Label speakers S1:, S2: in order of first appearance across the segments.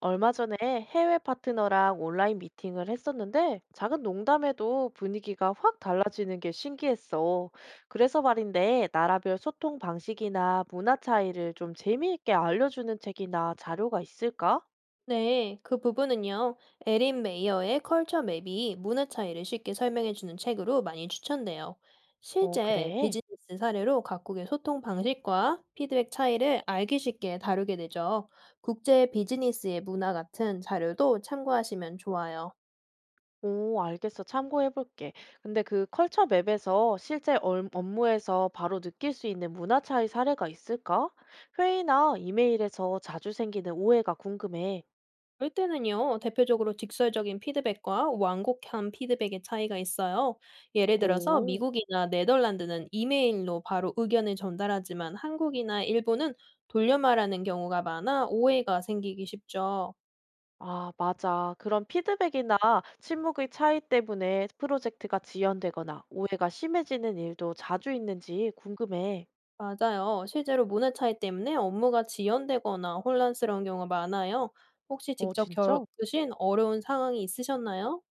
S1: 얼마 전에 해외 파트너랑 온라인 미팅을 했었는데 작은 농담에도 분위기가 확 달라지는 게 신기했어. 그래서 말인데 나라별 소통 방식이나 문화 차이를 좀 재미있게 알려주는 책이나 자료가 있을까?
S2: 네, 그 부분은요. 에린 메이어의 컬처 맵이 문화 차이를 쉽게 설명해주는 책으로 많이 추천돼요.
S1: 어,
S2: 실제
S1: 그래.
S2: 비즈니스 사례로 각국의 소통 방식과 피드백 차이를 알기 쉽게 다루게 되죠. 국제 비즈니스의 문화 같은 자료도 참고하시면 좋아요.
S1: 오, 알겠어. 참고해볼게. 근데 그 컬처 맵에서 실제 업무에서 바로 느낄 수 있는 문화 차이 사례가 있을까? 회의나 이메일에서 자주 생기는 오해가 궁금해.
S2: 그럴 때는요, 대표적으로 직설적인 피드백과 완곡한 피드백의 차이가 있어요. 예를 들어서
S1: 오.
S2: 미국이나 네덜란드는 이메일로 바로 의견을 전달하지만 한국이나 일본은 돌려 말하는 경우가 많아 오해가 생기기 쉽죠.
S1: 아, 맞아. 그런 피드백이나 침묵의 차이 때문에 프로젝트가 지연되거나 오해가 심해지는 일도 자주 있는지 궁금해.
S2: 맞아요. 실제로 문화 차이 때문에 업무가 지연되거나 혼란스러운 경우가 많아요. 혹시
S1: 어,
S2: 직접
S1: 진짜?
S2: 겪으신 어려운 상황이 있으셨나요?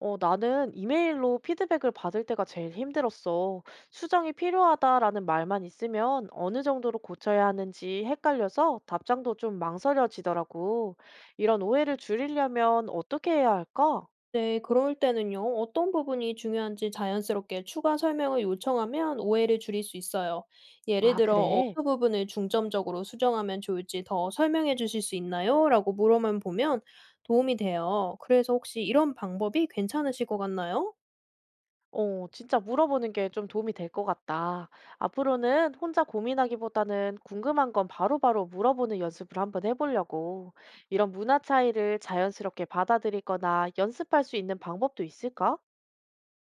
S1: 어, 나는 이메일로 피드백을 받을 때가 제일 힘들었어. 수정이 필요하다라는 말만 있으면 어느 정도로 고쳐야 하는지 헷갈려서 답장도 좀 망설여지더라고. 이런 오해를 줄이려면 어떻게 해야 할까?
S2: 네, 그럴 때는요, 어떤 부분이 중요한지 자연스럽게 추가 설명을 요청하면 오해를 줄일 수 있어요. 예를
S1: 아,
S2: 들어,
S1: 그래.
S2: 어느 부분을 중점적으로 수정하면 좋을지 더 설명해 주실 수 있나요? 라고 물어만 보면 도움이 돼요. 그래서 혹시 이런 방법이 괜찮으실 것 같나요?
S1: 어, 진짜 물어보는 게 좀 도움이 될 것 같다. 앞으로는 혼자 고민하기보다는 궁금한 건 바로바로 물어보는 연습을 한번 해보려고. 이런 문화 차이를 자연스럽게 받아들이거나 연습할 수 있는 방법도 있을까?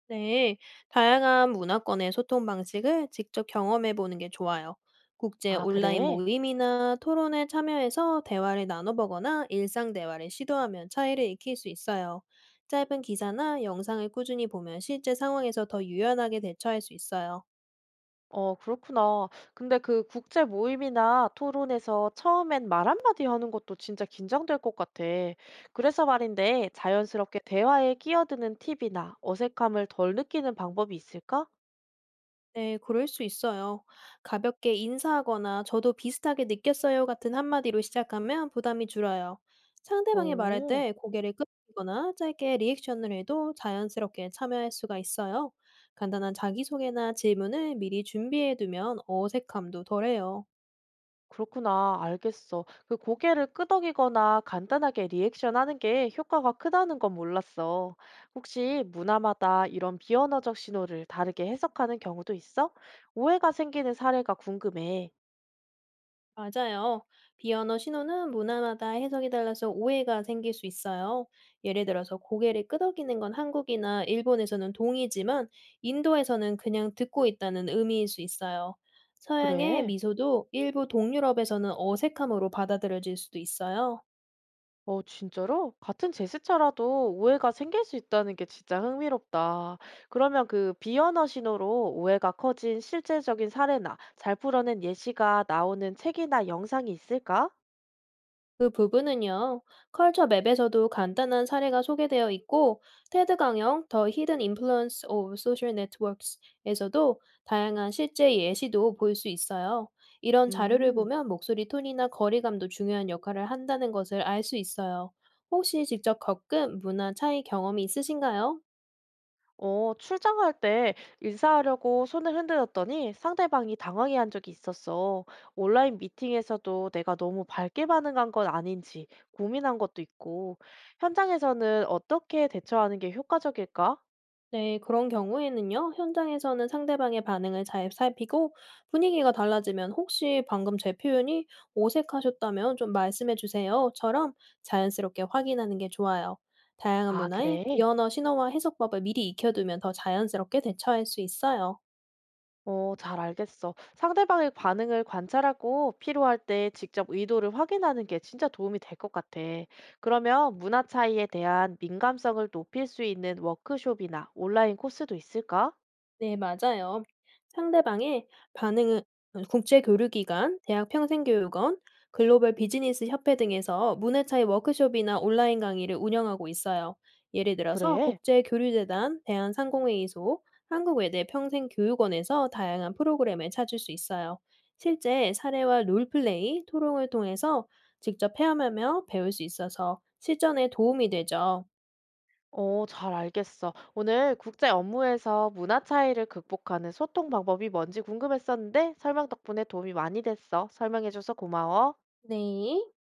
S2: 네, 다양한 문화권의 소통 방식을 직접 경험해 보는 게 좋아요. 국제
S1: 아,
S2: 온라인
S1: 그래?
S2: 모임이나 토론에 참여해서 대화를 나눠보거나 일상 대화를 시도하면 차이를 익힐 수 있어요. 짧은 기사나 영상을 꾸준히 보면 실제 상황에서 더 유연하게 대처할 수 있어요.
S1: 어, 그렇구나. 근데 그 국제 모임이나 토론에서 처음엔 말 한마디 하는 것도 진짜 긴장될 것 같아. 그래서 말인데 자연스럽게 대화에 끼어드는 팁이나 어색함을 덜 느끼는 방법이 있을까?
S2: 네, 그럴 수 있어요. 가볍게 인사하거나 저도 비슷하게 느꼈어요 같은 한마디로 시작하면 부담이 줄어요. 상대방이 말할
S1: 오.
S2: 때 고개를 끄덕이거나 짧게 리액션을 해도 자연스럽게 참여할 수가 있어요. 간단한 자기소개나 질문을 미리 준비해 두면 어색함도 덜해요.
S1: 그렇구나. 알겠어. 그 고개를 끄덕이거나 간단하게 리액션하는 게 효과가 크다는 건 몰랐어. 혹시 문화마다 이런 비언어적 신호를 다르게 해석하는 경우도 있어? 오해가 생기는 사례가 궁금해.
S2: 맞아요. 비언어 신호는 문화마다 해석이 달라서 오해가 생길 수 있어요. 예를 들어서 고개를 끄덕이는 건 한국이나 일본에서는 동의지만 인도에서는 그냥 듣고 있다는 의미일 수 있어요. 서양의
S1: 그래?
S2: 미소도 일부 동유럽에서는 어색함으로 받아들여질 수도 있어요.
S1: 어, 진짜로? 같은 제스처라도 오해가 생길 수 있다는 게 진짜 흥미롭다. 그러면 그 비언어 신호로 오해가 커진 실제적인 사례나 잘 풀어낸 예시가 나오는 책이나 영상이 있을까?
S2: 그 부분은요, 컬처 맵에서도 간단한 사례가 소개되어 있고, 테드 강영 The Hidden Influence of Social Networks에서도 다양한 실제 예시도 볼 수 있어요. 이런 자료를
S1: 음.
S2: 보면 목소리 톤이나 거리감도 중요한 역할을 한다는 것을 알 수 있어요. 혹시 직접 겪은 문화 차이 경험이 있으신가요?
S1: 어, 출장할 때 인사하려고 손을 흔들었더니 상대방이 당황해 한 적이 있었어. 온라인 미팅에서도 내가 너무 밝게 반응한 건 아닌지 고민한 것도 있고, 현장에서는 어떻게 대처하는 게 효과적일까?
S2: 네, 그런 경우에는요, 현장에서는 상대방의 반응을 잘 살피고 분위기가 달라지면 혹시 방금 제 표현이 어색하셨다면 좀 말씀해 주세요.처럼 자연스럽게 확인하는 게 좋아요. 다양한
S1: 아,
S2: 문화의
S1: 그래?
S2: 비언어 신어와 해석법을 미리 익혀두면 더 자연스럽게 대처할 수 있어요.
S1: 어, 잘 알겠어. 상대방의 반응을 관찰하고 필요할 때 직접 의도를 확인하는 게 진짜 도움이 될 것 같아. 그러면 문화 차이에 대한 민감성을 높일 수 있는 워크숍이나 온라인 코스도 있을까?
S2: 네, 맞아요. 상대방의 반응은 국제교류기관, 대학평생교육원, 글로벌 비즈니스 협회 등에서 문해 차이 워크숍이나 온라인 강의를 운영하고 있어요. 예를 들어서
S1: 그래.
S2: 국제교류재단, 대한상공회의소, 한국외대 평생교육원에서 다양한 프로그램을 찾을 수 있어요. 실제 사례와 롤플레이, 토론을 통해서 직접 체험하며 배울 수 있어서 실전에 도움이 되죠.
S1: 어, 잘 알겠어. 오늘 국제 업무에서 문화 차이를 극복하는 소통 방법이 뭔지 궁금했었는데 설명 덕분에 도움이 많이 됐어. 설명해줘서 고마워.
S2: 네.